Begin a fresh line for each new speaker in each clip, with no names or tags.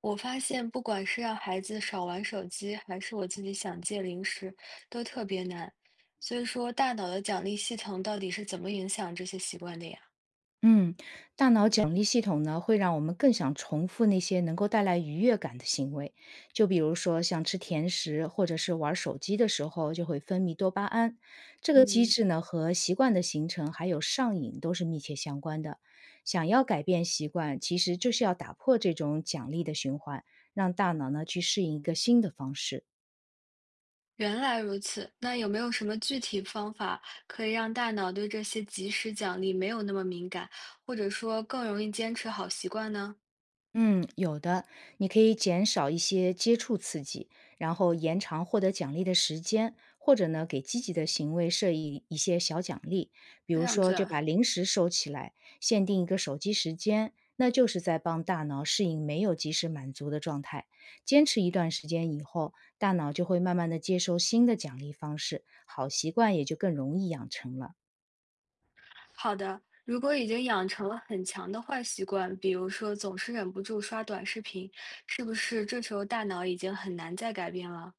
我发现，不管是让孩子少玩手机，还是我自己想戒零食，都特别难。所以说，大脑的奖励系统到底是怎么影响这些习惯的呀？
嗯，大脑奖励系统呢，会让我们更想重复那些能够带来愉悦感的行为，就比如说像吃甜食或者是玩手机的时候，就会分泌多巴胺。这个机
嗯，
制呢，和习惯的形成还有上瘾都是密切相关的。想要改变习惯，其实就是要打破这种奖励的循环，让大脑呢去适应一个新的方式。
原来如此。那有没有什么具体方法可以让大脑对这些及时奖励没有那么敏感，或者说更容易坚持好习惯呢？
嗯，有的，你可以减少一些接触刺激，然后延长获得奖励的时间，或者呢，给积极的行为设一些小奖励，比
这
如
样
说
子
就
啊。
把零食收起来，限定一个手机时间，那就是在帮大脑适应没有及时满足的状态。坚持一段时间以后，大脑就会慢慢的接受新的奖励方式，好习惯也就更容易养成了。
好的。如果已经养成了很强的坏习惯，比如说总是忍不住刷短视频，是不是这时候大脑已经很难再改变了？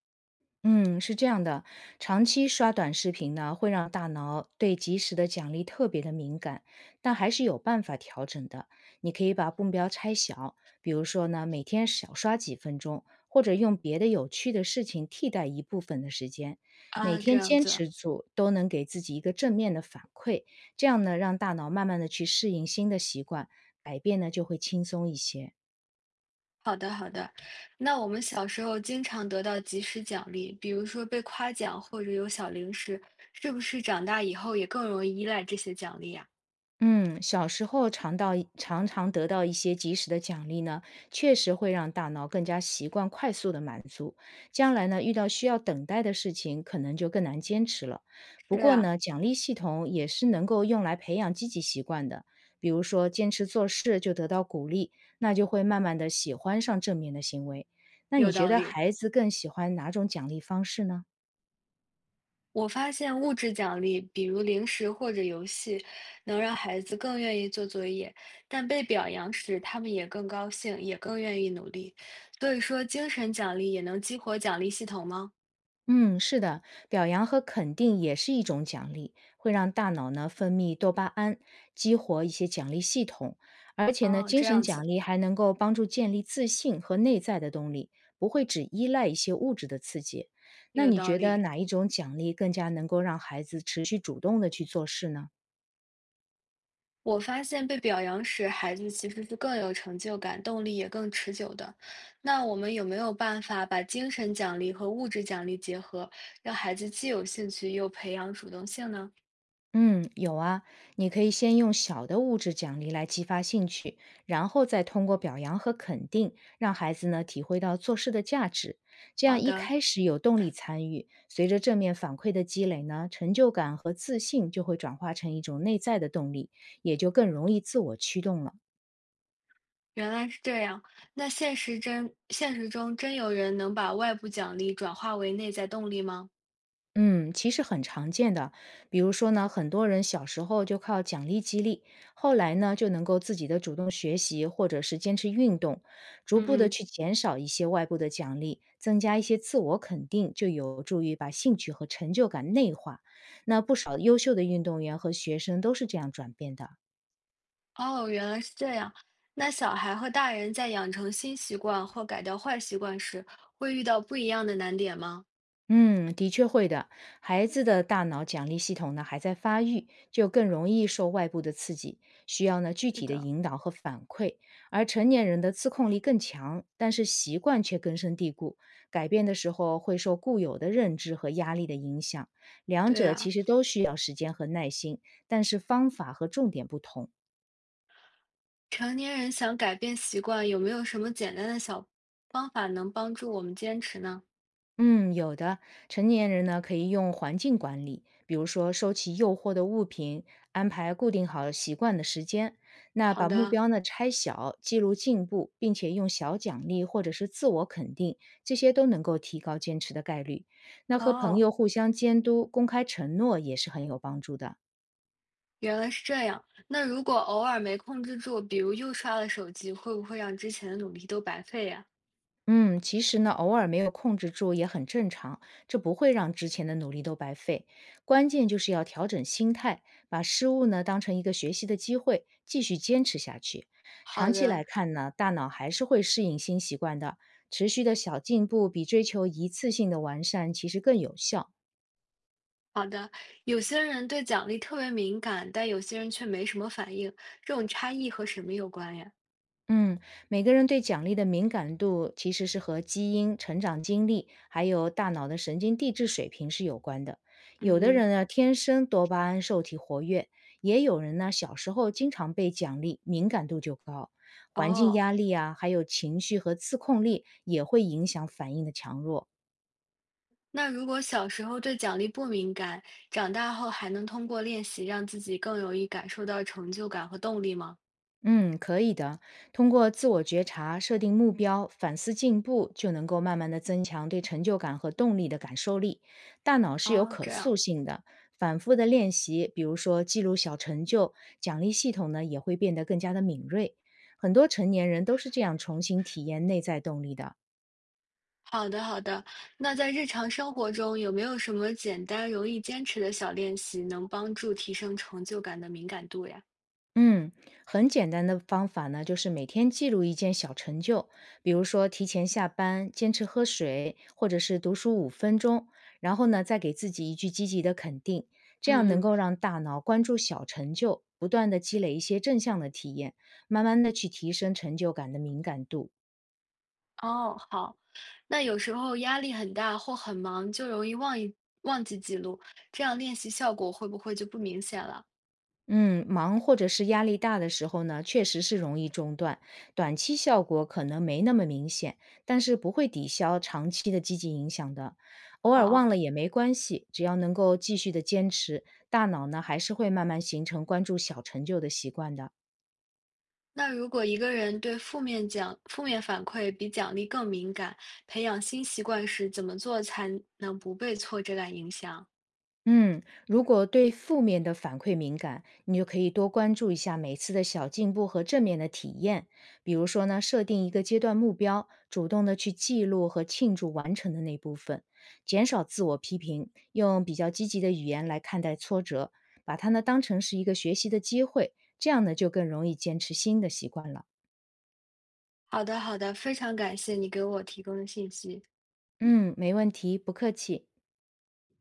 嗯，是这样的，长期刷短视频呢，会让大脑对及时的奖励特别的敏感，但还是有办法调整的。你可以把目标拆小，比如说呢，每天少刷几分钟，或者用别的有趣的事情替代一部分的时间。每
啊，这
天
样
坚
子。
持住，都能给自己一个正面的反馈，这样呢，让大脑慢慢的去适应新的习惯，改变呢就会轻松一些。
好的好的。那我们小时候经常得到及时奖励，比如说被夸奖或者有小零食，是不是长大以后也更容易依赖这些奖励呀？
嗯，小时候尝到一常常得到一些及时的奖励呢，确实会让大脑更加习惯快速的满足。将来呢，遇到需要等待的事情，可能就更难坚持了。不
是
过
啊。
呢，奖励系统也是能够用来培养积极习惯的，比如说坚持做事就得到鼓励，那就会慢慢的喜欢上正面的行为。那你
有
觉
道
得
理。
孩子更喜欢哪种奖励方式呢？
我发现物质奖励，比如零食或者游戏，能让孩子更愿意做作业，但被表扬时，他们也更高兴，也更愿意努力。所以说，精神奖励也能激活奖励系统吗？
嗯，是的，表扬和肯定也是一种奖励，会让大脑呢分泌多巴胺，激活一些奖励系统。而且呢，
哦，
精
这
神
样子。
奖励还能够帮助建立自信和内在的动力，不会只依赖一些物质的刺激。那
有
你
道
觉得
理。
哪一种奖励更加能够让孩子持续主动的去做事呢？
我发现被表扬时，孩子其实是更有成就感，动力也更持久的。那我们有没有办法把精神奖励和物质奖励结合，让孩子既有兴趣又培养主动性呢？
嗯，有啊，你可以先用小的物质奖励来激发兴趣，然后再通过表扬和肯定，让孩子呢体会到做事的价值。这样
好
一
的。
开始有动力参与，随着正面反馈的积累呢，成就感和自信就会转化成一种内在的动力，也就更容易自我驱动了。
原来是这样。那现实中真有人能把外部奖励转化为内在动力吗？
嗯，其实很常见的。比如说呢，很多人小时候就靠奖励激励，后来呢就能够自己的主动学习，或者是坚持运动，逐步的
嗯嗯。
去减少一些外部的奖励，增加一些自我肯定，就有助于把兴趣和成就感内化。那不少优秀的运动员和学生都是这样转变的。
哦，原来是这样。那小孩和大人在养成新习惯或改掉坏习惯时，会遇到不一样的难点吗？
嗯，的确会的。孩子的大脑奖励系统呢还在发育，就更容易受外部的刺激，需要呢具
是
体的
的。
引导和反馈。而成年人的自控力更强，但是习惯却根深蒂固，改变的时候会受固有的认知和压力的影响。两
对
者
呀、
其实都需要时间和耐心，但是方法和重点不同。
成年人想改变习惯，有没有什么简单的小方法能帮助我们坚持呢？
嗯，有的。成年人呢，可以用环境管理，比如说收起诱惑的物品，安排固定好习惯的时间。那
好
把目
的。
标呢拆小，记录进步，并且用小奖励或者是自我肯定，这些都能够提高坚持的概率。那和朋
哦，
友互相监督，公开承诺也是很有帮助的。
原来是这样。那如果偶尔没控制住，比如又刷了手机，会不会让之前的努力都白费呀？
嗯，其实呢，偶尔没有控制住也很正常，这不会让之前的努力都白费。关键就是要调整心态，把失误呢当成一个学习的机会，继续坚持下去。长
好
期来
的，
看呢，大脑还是会适应新习惯的。持续的小进步比追求一次性的完善其实更有效。
好的。有些人对奖励特别敏感，但有些人却没什么反应，这种差异和什么有关呀？
嗯，每个人对奖励的敏感度其实是和基因、成长经历，还有大脑的神经递质水平是有关的。
嗯
有的
嗯。
人呢，天生多巴胺受体活跃，也有人呢，小时候经常被奖励，敏感度就高。环境
哦。
压力啊，还有情绪和自控力也会影响反应的强弱。
那如果小时候对奖励不敏感，长大后还能通过练习让自己更容易感受到成就感和动力吗？
嗯，可以的。通过自我觉察、设定目标、反思进步，就能够慢慢的增强对成就感和动力的感受力。大脑是有
哦，
可
这样。
塑性的，反复的练习，比如说记录小成就，奖励系统呢也会变得更加的敏锐。很多成年人都是这样重新体验内在动力的。
好的好的。那在日常生活中，有没有什么简单容易坚持的小练习，能帮助提升成就感的敏感度呀？
嗯，很简单的方法呢，就是每天记录一件小成就，比如说提前下班、坚持喝水，或者是读书5分钟，然后呢，再给自己一句积极的肯定，这样能
嗯嗯。
够让大脑关注小成就，不断的积累一些正向的体验，慢慢的去提升成就感的敏感度。
哦，好。那有时候压力很大或很忙，就容易忘记记录，这样练习效果会不会就不明显了？
嗯，忙或者是压力大的时候呢，确实是容易中断，短期效果可能没那么明显，但是不会抵消长期的积极影响的。偶尔忘
好。
了也没关系，只要能够继续的坚持，大脑呢还是会慢慢形成关注小成就的习惯的。
那如果一个人对负面反馈比奖励更敏感，培养新习惯时怎么做才能不被挫折感影响？
嗯，如果对负面的反馈敏感，你就可以多关注一下每次的小进步和正面的体验。比如说呢，设定一个阶段目标，主动的去记录和庆祝完成的那部分，减少自我批评，用比较积极的语言来看待挫折，把它呢当成是一个学习的机会，这样呢就更容易坚持新的习惯了。
好的，好的，非常感谢你给我提供的信息。
嗯，没问题，不客气。